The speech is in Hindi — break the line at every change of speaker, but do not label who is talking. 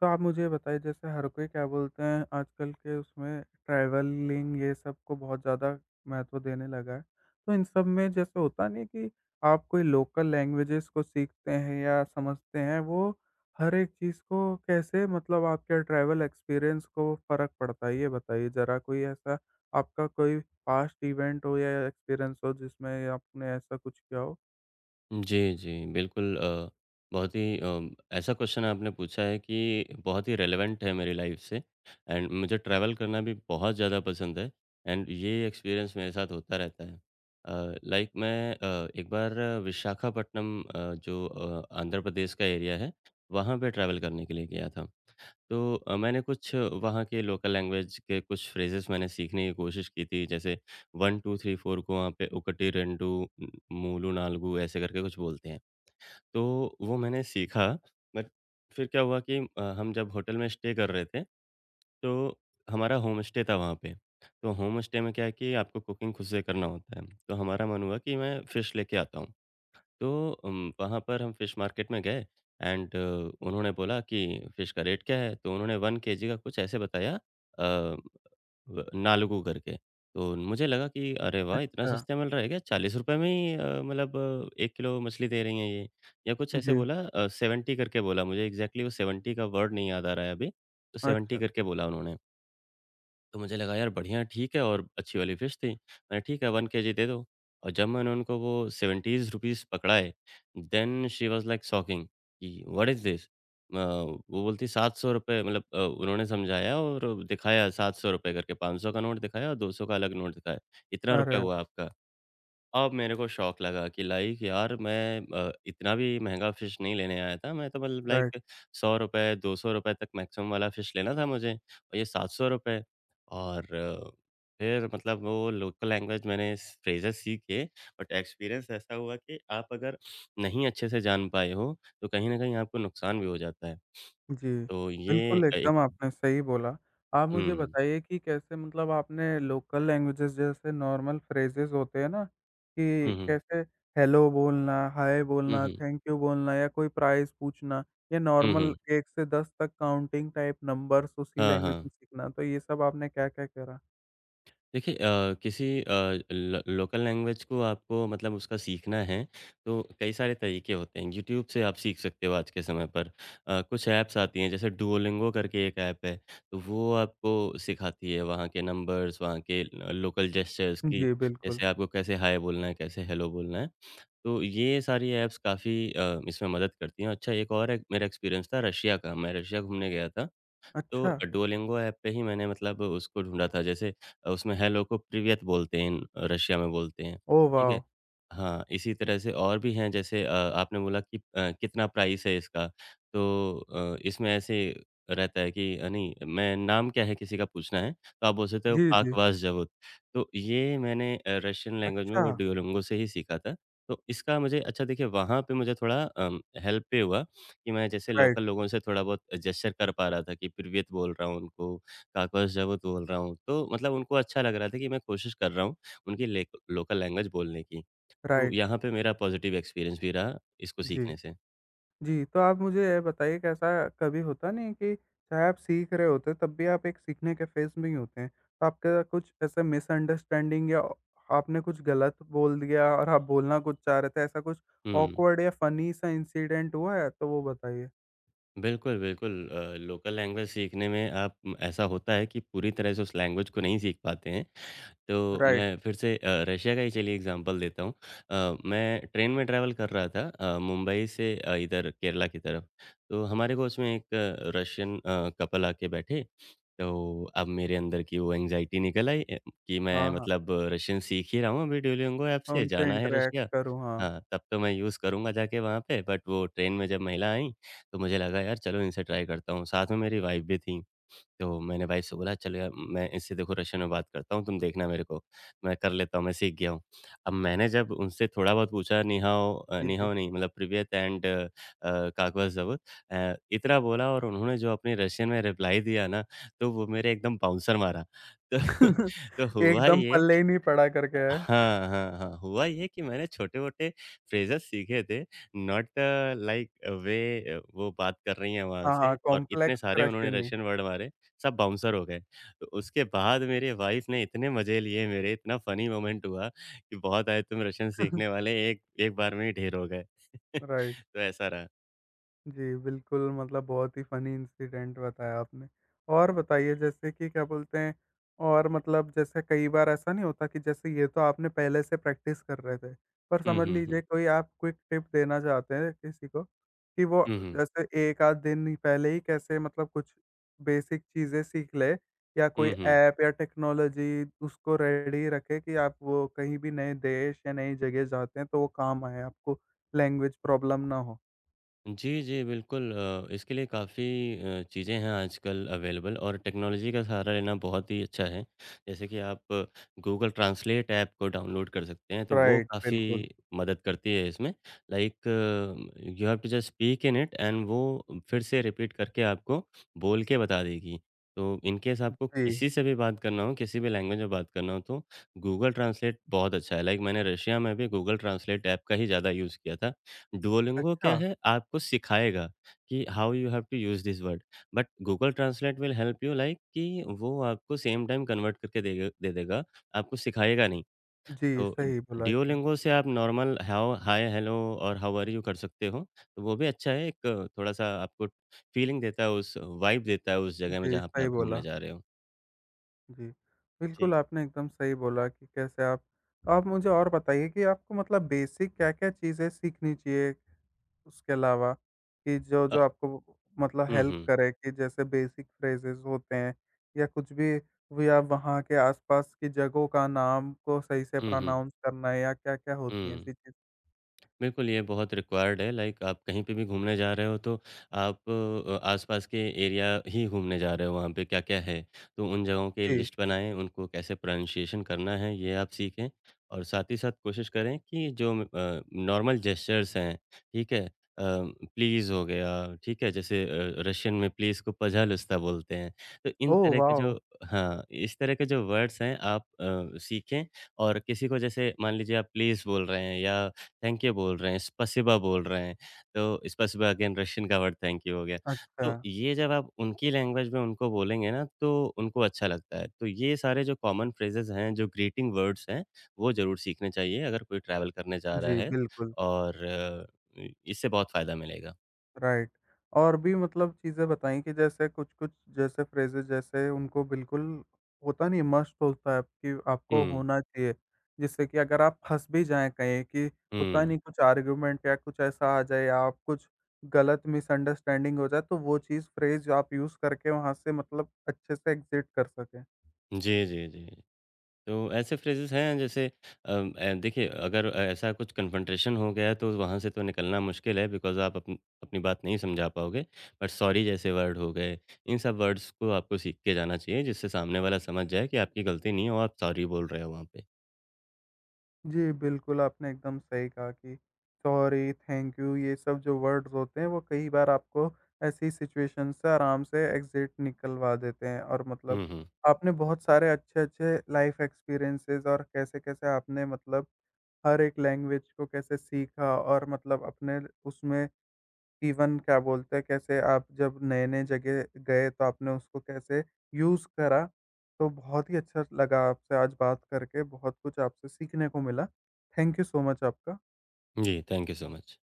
तो आप मुझे ये बताइए, जैसे हर कोई क्या बोलते हैं आजकल के, उसमें ट्रैवलिंग ये सब को बहुत ज़्यादा महत्व देने लगा है। तो इन सब में जैसे होता नहीं है कि आप कोई लोकल लैंग्वेजेस को सीखते हैं या समझते हैं, वो हर एक चीज़ को कैसे, मतलब आपके ट्रैवल एक्सपीरियंस को फ़र्क पड़ता है, ये बताइए ज़रा, कोई ऐसा आपका कोई पास्ट इवेंट हो या एक्सपीरियंस हो जिसमें आपने ऐसा कुछ किया हो?
जी, जी। बिल्कुल बहुत ही ऐसा क्वेश्चन आपने पूछा है कि बहुत ही रेलेवेंट है मेरी लाइफ़ से एंड मुझे ट्रैवल करना भी बहुत ज़्यादा पसंद है एंड ये एक्सपीरियंस मेरे साथ होता रहता है। लाइक मैं एक बार विशाखापट्टनम, जो आंध्र प्रदेश का एरिया है, वहाँ पे ट्रैवल करने के लिए गया था। तो मैंने कुछ वहाँ के लोकल लैंग्वेज के कुछ फ्रेजेस मैंने सीखने की कोशिश की थी। जैसे 1 2 3 4 को वहाँ पे उकटी रेंडु, उम, मूलु नालगु ऐसे करके कुछ बोलते हैं। तो वो मैंने सीखा। बट फिर क्या हुआ कि हम जब होटल में स्टे कर रहे थे, तो हमारा होम स्टे था वहाँ पे। तो होम स्टे में क्या है कि आपको कुकिंग खुद से करना होता है। तो हमारा मन हुआ कि मैं फ़िश लेके आता हूँ। तो वहाँ पर हम फिश मार्केट में गए एंड उन्होंने बोला कि फिश का रेट क्या है? तो उन्होंने 1 केजी का कुछ ऐसे बताया, व नालुगू करके। तो मुझे लगा कि अरे वाह! इतना
अच्छा।
सस्ता मिल रहा है क्या? ₹40 में ही, मतलब 1 किलो मछली दे रही हैं ये। या कुछ ऐसे
जी।
बोला 70 करके बोला। मुझे एग्ज़ैक्टली वो 70 का वर्ड नहीं याद आ रहा है अभी। तो 70
अच्छा।
करके बोला उन्होंने। तो मुझे लगा यार बढ़िया, ठीक है, और अच्छी वाली फ़िश थी। मैंने ठीक है 1 केजी दे दो। और जब मैंने उनको वो ₹70 रुपीस पकड़ाए, then she was like shocking कि व्हाट इज़ दिस? वो बोलती ₹700 रुपए, मतलब उन्होंने समझाया और दिखाया। ₹700 करके 500 का नोट दिखाया और 200 का अलग नोट दिखाया। इतना रुपया
अरे!
हुआ आपका। अब मेरे को शौक लगा कि लाइक यार मैं इतना भी महँगा फ़िश नहीं लेने आया था। मैं तो मतलब
राइट।
लाइक ₹100 ₹200 तक मैक्सिमम वाला फ़िश लेना था मुझे, और ये ₹700। और फिर मतलब वो लोकल लैंग्वेज मैंने फ्रेज़ेज़ सीखे। बट एक्सपीरियंस ऐसा हुआ कि आप अगर नहीं अच्छे से जान पाए हो, तो कहीं न कहीं आपको नुकसान भी हो जाता है।
जी,
तो ये
बिल्कुल,
एक।
एकदम आपने सही बोला। आप मुझे
हुँ।
बताइए कि कैसे, मतलब आपने लोकल लैंग्वेजेज़ जैसे नॉर्मल फ्रेज़ेज़ होते हैं ना,
हुँ,
कि
हुँ।
कैसे हेलो बोलना, हाय
हुँ,
बोलना,
हुँ।
थैंक यू बोलना या कोई प्राइस पूछना या
हुँ,
नॉर्मल
हुँ।
1 से 10 तक काउंटिंग टाइप नंबर्स उसी
हाँ,
लैंग्वेज में
हाँ।
सीखना, तो ये सब आपने क्या-क्या करा?
देखिए, किसी ल लोकल लैंग्वेज को आपको मतलब उसका सीखना है, तो कई सारे तरीके होते हैं। यूट्यूब से आप सीख सकते हो आज के समय पर। कुछ ऐप्स आती हैं, जैसे डुओलिंगो करके एक ऐप है, तो वो आपको सिखाती है वहाँ के नंबर्स, वहाँ के ल लोकल जेस्चर्स की,
जी, बिल्कुल।
जैसे आपको कैसे हाय बोलना है, कैसे हेलो बोलना है। तो ये सारी ऐप्स काफ़ी इसमें मदद करती हैं। अच्छा, एक और एक मेरा एक्सपीरियंस था रशिया का, मैं रशिया घूमने गया था।
अच्छा।
तो डुओलिंगो ऐप पे ही मैंने मतलब उसको ढूँढा था। जैसे उसमें हेलो को प्रिवियत बोलते हैं, रशिया में बोलते हैं,
ओह
ठीक है?
वाव!
हाँ, इसी तरह से और भी हैं। जैसे आपने बोला कि कितना प्राइस है इसका? तो इसमें ऐसे रहता है कि नहीं, मैं नाम क्या है किसी का पूछना है, तो आप बोल सकते हो
जी, जी।
काकवास ज़बूत। तो ये मैंने रशियन लैंग्वेज में
अच्छा।
वो डुओलिंगो से ही सीखा था। तो इसका मुझे अच्छा, देखिए, वहाँ पे मुझे थोड़ा हेल्प भी हुआ कि मैं जैसे
राइट,
लोकल लोगों से थोड़ा बहुत जेस्चर कर पा रहा था कि प्रिवियत बोल रहा हूँ उनको, काकोस ज़बूत बोल रहा हूँ। तो मतलब उनको अच्छा लग रहा था कि मैं कोशिश कर रहा हूँ उनकी लेक लोकल लैंग्वेज बोलने की। तो
राइट।
यहाँ पे मेरा पॉज़िटिव एक्सपीरियंस भी रहा इसको
जी।
सीखने से।
जी, तो आप मुझे ये बताइए कि ऐसा कभी होता नहीं है कि चाहे आप सीख रहे होते हैं, तब भी आप एक सीखने के फ़ेज़ में ही होते हैं। तो आपका कुछ ऐसा मिसअंडरस्टैंडिंग या आपने कुछ गलत बोल दिया और आप बोलना कुछ चाह रहे थे, ऐसा कुछ
हुँ।
ऑकवर्ड या फ़नी सा इंसिडेंट हुआ है? तो वो बताइए।
बिल्कुल, बिल्कुल, लोकल लैंग्वेज सीखने में आप, ऐसा होता है कि पूरी तरह से उस लैंग्वेज को नहीं सीख पाते हैं। तो
राइट।
मैं फिर से रशिया का ही चलिए एग्जांपल देता हूँ। मैं ट्रेन में ट्रैवल कर रहा था, मुंबई से इधर केरला की तरफ। तो हमारे कोच में एक रशियन कपल आके बैठे, तो अब मेरे अंदर की वो एंग्ज़ायटी निकल आई कि मैं
हाँ, हाँ।
मतलब रशियन सीख ही रहा हूँ अभी डुओलिंगो ऐप
मैं
से,
उनसे
जाना है
इंटरैक्ट
रशिया।
करूँ, हाँ।
हाँ, तब तो मैं यूज़ करूँगा जाके वहाँ पे। बट वो ट्रेन में जब महिला आईं, तो मुझे लगा यार चलो इनसे ट्राई करता हूँ। साथ में मेरी वाइफ़ भी थी। तो मैंने वाइफ़ से बोला चलो यार मैं इससे देखो रशियन में बात करता हूँ, तुम देखना मेरे को। मैं कर लेता हूँ, मैं सीख गया हूँ। अब मैंने जब उनसे थोड़ा बहुत पूछा, नि हाओ,
जी,
नि
जी।
हाओ नहीं, मतलब प्रिवियत एंड कागवा ज़ब, इतना बोला, और उन्होंने जो अपनी रशियन में रिप्लाई दिया ना, तो वो मेरे एकदम बाउंसर मारा। तो तो हुआ
एकदम
ये।
पल्ले ही नहीं पड़ा करके है।
हाँ, हाँ, हाँ। हुआ ये कि मैंने छोटे-मोटे फ्रेजेज़ सीखे थे, नॉट लाइक वे वो बात कर रही हैं वहाँ
हाँ,
से
हाँ,
और इतने
कॉम्प्लेक्स
सारे उन्होंने
क्वेश्चन ही।
रशियन वर्ड मारे, सब बाउंसर हो गए। तो उसके बाद मेरी वाइफ़ ने इतने मज़े लिए मेरे, इतना फ़नी मोमेंट हुआ कि बहुत आए तुम रशियन सीखने वाले, एक एक बार में ही ढेर हो गए।
राइट।
तो ऐसा रहा।
जी, बिल्कुल, मतलब बहुत ही फ़नी इंसिडेंट बताया आपने। और बताइए, जैसे कि क्या बोलते हैं, और मतलब जैसे कई बार ऐसा नहीं होता कि जैसे, ये तो आपने पहले से प्रैक्टिस कर रहे थे, पर
हुँ,
समझ
हुँ, हुँ।
लीजिए कोई आप क्विक टिप देना चाहते हैं किसी को कि वो
हुँ, हुँ।
जैसे 1 आध दिन ही पहले ही कैसे, मतलब कुछ बेसिक चीज़ें सीख ले या कोई
हुँ, हुँ।
ऐप या टेक्नोलॉजी उसको रेडी रखे कि आप वो कहीं भी नए देश या नई जगह जाते हैं तो वो काम आए आपको, लैंग्वेज प्रॉब्लम ना हो?
जी, जी, बिल्कुल, इसके लिए काफ़ी चीज़ें हैं आजकल अवेलेबल, और टेक्नोलॉजी का सहारा लेना बहुत ही अच्छा है। जैसे कि आप गूगल ट्रांसलेट ऐप को डाउनलोड कर सकते हैं, तो वो
राइट, बिल्कुल।
काफ़ी मदद करती है इसमें। Like you have to just speak in it and वो फिर से रिपीट करके आपको बोल के बता देगी। तो इन केस आपको
जी।
किसी से भी बात करना हो, किसी भी लैंग्वेज में बात करना हो, तो गूगल ट्रांसलेट बहुत अच्छा है। लाइक मैंने रशिया में भी गूगल ट्रांसलेट ऐप का ही ज़्यादा यूज़ किया था। डुओलिंगो
अच्छा।
क्या है, आपको सिखाएगा कि how you have to use this word, but Google translate will help you like कि वो आपको सेम टाइम कन्वर्ट करके देगा दे देगा, आपको सिखाएगा नहीं।
जी,
तो
सही बोला एकदम।
डुओलिंगो से आप नॉर्मल हाउ हाय, हेलो और हाउ आर यू कर सकते हो, तो वो भी अच्छा है, एक थोड़ा-सा आपको फीलिंग देता है, उस वाइब देता है उस जगह में
जी,
जहाँ पे
सही
आप घूमने
बोला।
जा रहे हो।
जी,
जी।
बिल्कुल, आपने एकदम सही बोला कि कैसे आप। तो आप मुझे और बताइए कि आपको, मतलब बेसिक क्या-क्या चीज़ें सीखनी चाहिए उसके अलावा कि
अ,
जो-जो आपको मतलब
हुँ,
हेल्प
हुँ।
करे, कि जैसे बेसिक फ्रेजेज़ होते हैं या कुछ भी, वो या वहाँ के आस-पास की जगहों का नाम को सही से
हुँ, हुँ।
प्रोनाउंस करना है, या क्या-क्या होती हैं
हुँ।
ऐसी चीज़?
बिल्कुल, ये बहुत रिक्वायर्ड है। लाइक आप कहीं पे भी घूमने जा रहे हो, तो आप आसपास के एरिया ही घूमने जा रहे हो, वहाँ पे क्या-क्या है। तो उन जगहों की
जी।
लिस्ट बनाएँ, उनको कैसे प्रोनाउंसिएशन करना है ये आप सीखें। और साथ ही साथ कोशिश करें कि जो नॉर्मल जेस्चर्स हैं, ठीक है? अ, प्लीज़ हो गया, ठीक है? जैसे रशियन में प्लीज़ को पज़ालुस्ता बोलते हैं। तो इन
ओह
तरह के
वाओ!
जो, हाँ, इस तरह के जो वर्ड्स हैं, आप सीखें। और किसी को जैसे मान लीजिए आप प्लीज़ बोल रहे हैं या थैंक यू बोल रहे हैं, स्पसिबा बोल रहे हैं। तो स्पसिबा अगेन रशियन का वर्ड थैंक यू हो गया।
अच्छा।
तो ये जब आप उनकी लैंग्वेज में उनको बोलेंगे ना, तो उनको अच्छा लगता है। तो ये सारे जो कॉमन फ्रेजेज़ हैं, जो ग्रीटिंग वर्ड्स हैं, वो ज़रूर सीखने चाहिए अगर कोई ट्रैवल करने जा रहा
जी,
है,
बिल्कुल।
और इससे बहुत फ़ायदा मिलेगा।
राइट। और भी मतलब चीज़ें बताई कि जैसे कुछ-कुछ जैसे फ्रेज़ेस, जैसे उनको बिल्कुल होता नहीं है, मस्ट होता है कि आपको
हुँ,
होना चाहिए। जिससे कि अगर आप फँस भी जाएँ कहीं कि होता
हुँ।
नहीं, कुछ आर्गुमेंट या कुछ ऐसा आ जाए या आप कुछ गलत, मिसअंडरस्टैंडिंग हो जाए, तो वो चीज़ फ्रेज़ आप यूज़ करके वहाँ से मतलब अच्छे से एग्ज़िट कर सकें।
जी, जी, जी। तो ऐसे फ्रेजेस हैं, जैसे देखिए, अगर ऐसा कुछ कन्फ्रंटेशन हो गया है तो वहाँ से तो निकलना मुश्किल है, बिकॉज़ आप अपनी अपनी बात नहीं समझा पाओगे। बट सॉरी जैसे वर्ड हो गए, इन सब वर्ड्स को आपको सीख के जाना चाहिए जिससे सामने वाला समझ जाए कि आपकी गलती नहीं है और आप सॉरी बोल रहे हो वहाँ पे।
जी, बिल्कुल, आपने एकदम सही कहा कि सॉरी, थैंक यू, ये सब जो वर्ड्स होते हैं वो कई बार आपको ऐसी सिचुएशन से आराम से एग्ज़िट निकलवा देते हैं। और मतलब,
हुँ, हुँ।
आपने बहुत सारे अच्छे-अच्छे लाइफ़ एक्सपीरियंसेस, और कैसे-कैसे आपने मतलब हर एक लैंग्वेज को कैसे सीखा और मतलब अपने उसमें इवन क्या बोलते हैं, कैसे आप जब नए-नए जगह गए तो आपने उसको कैसे यूज़ करा। तो बहुत ही अच्छा लगा आपसे आज बात करके, बहुत कुछ आपसे सीखने को मिला। थैंक यू सो मच आपका।
जी, थैंक यू सो मच।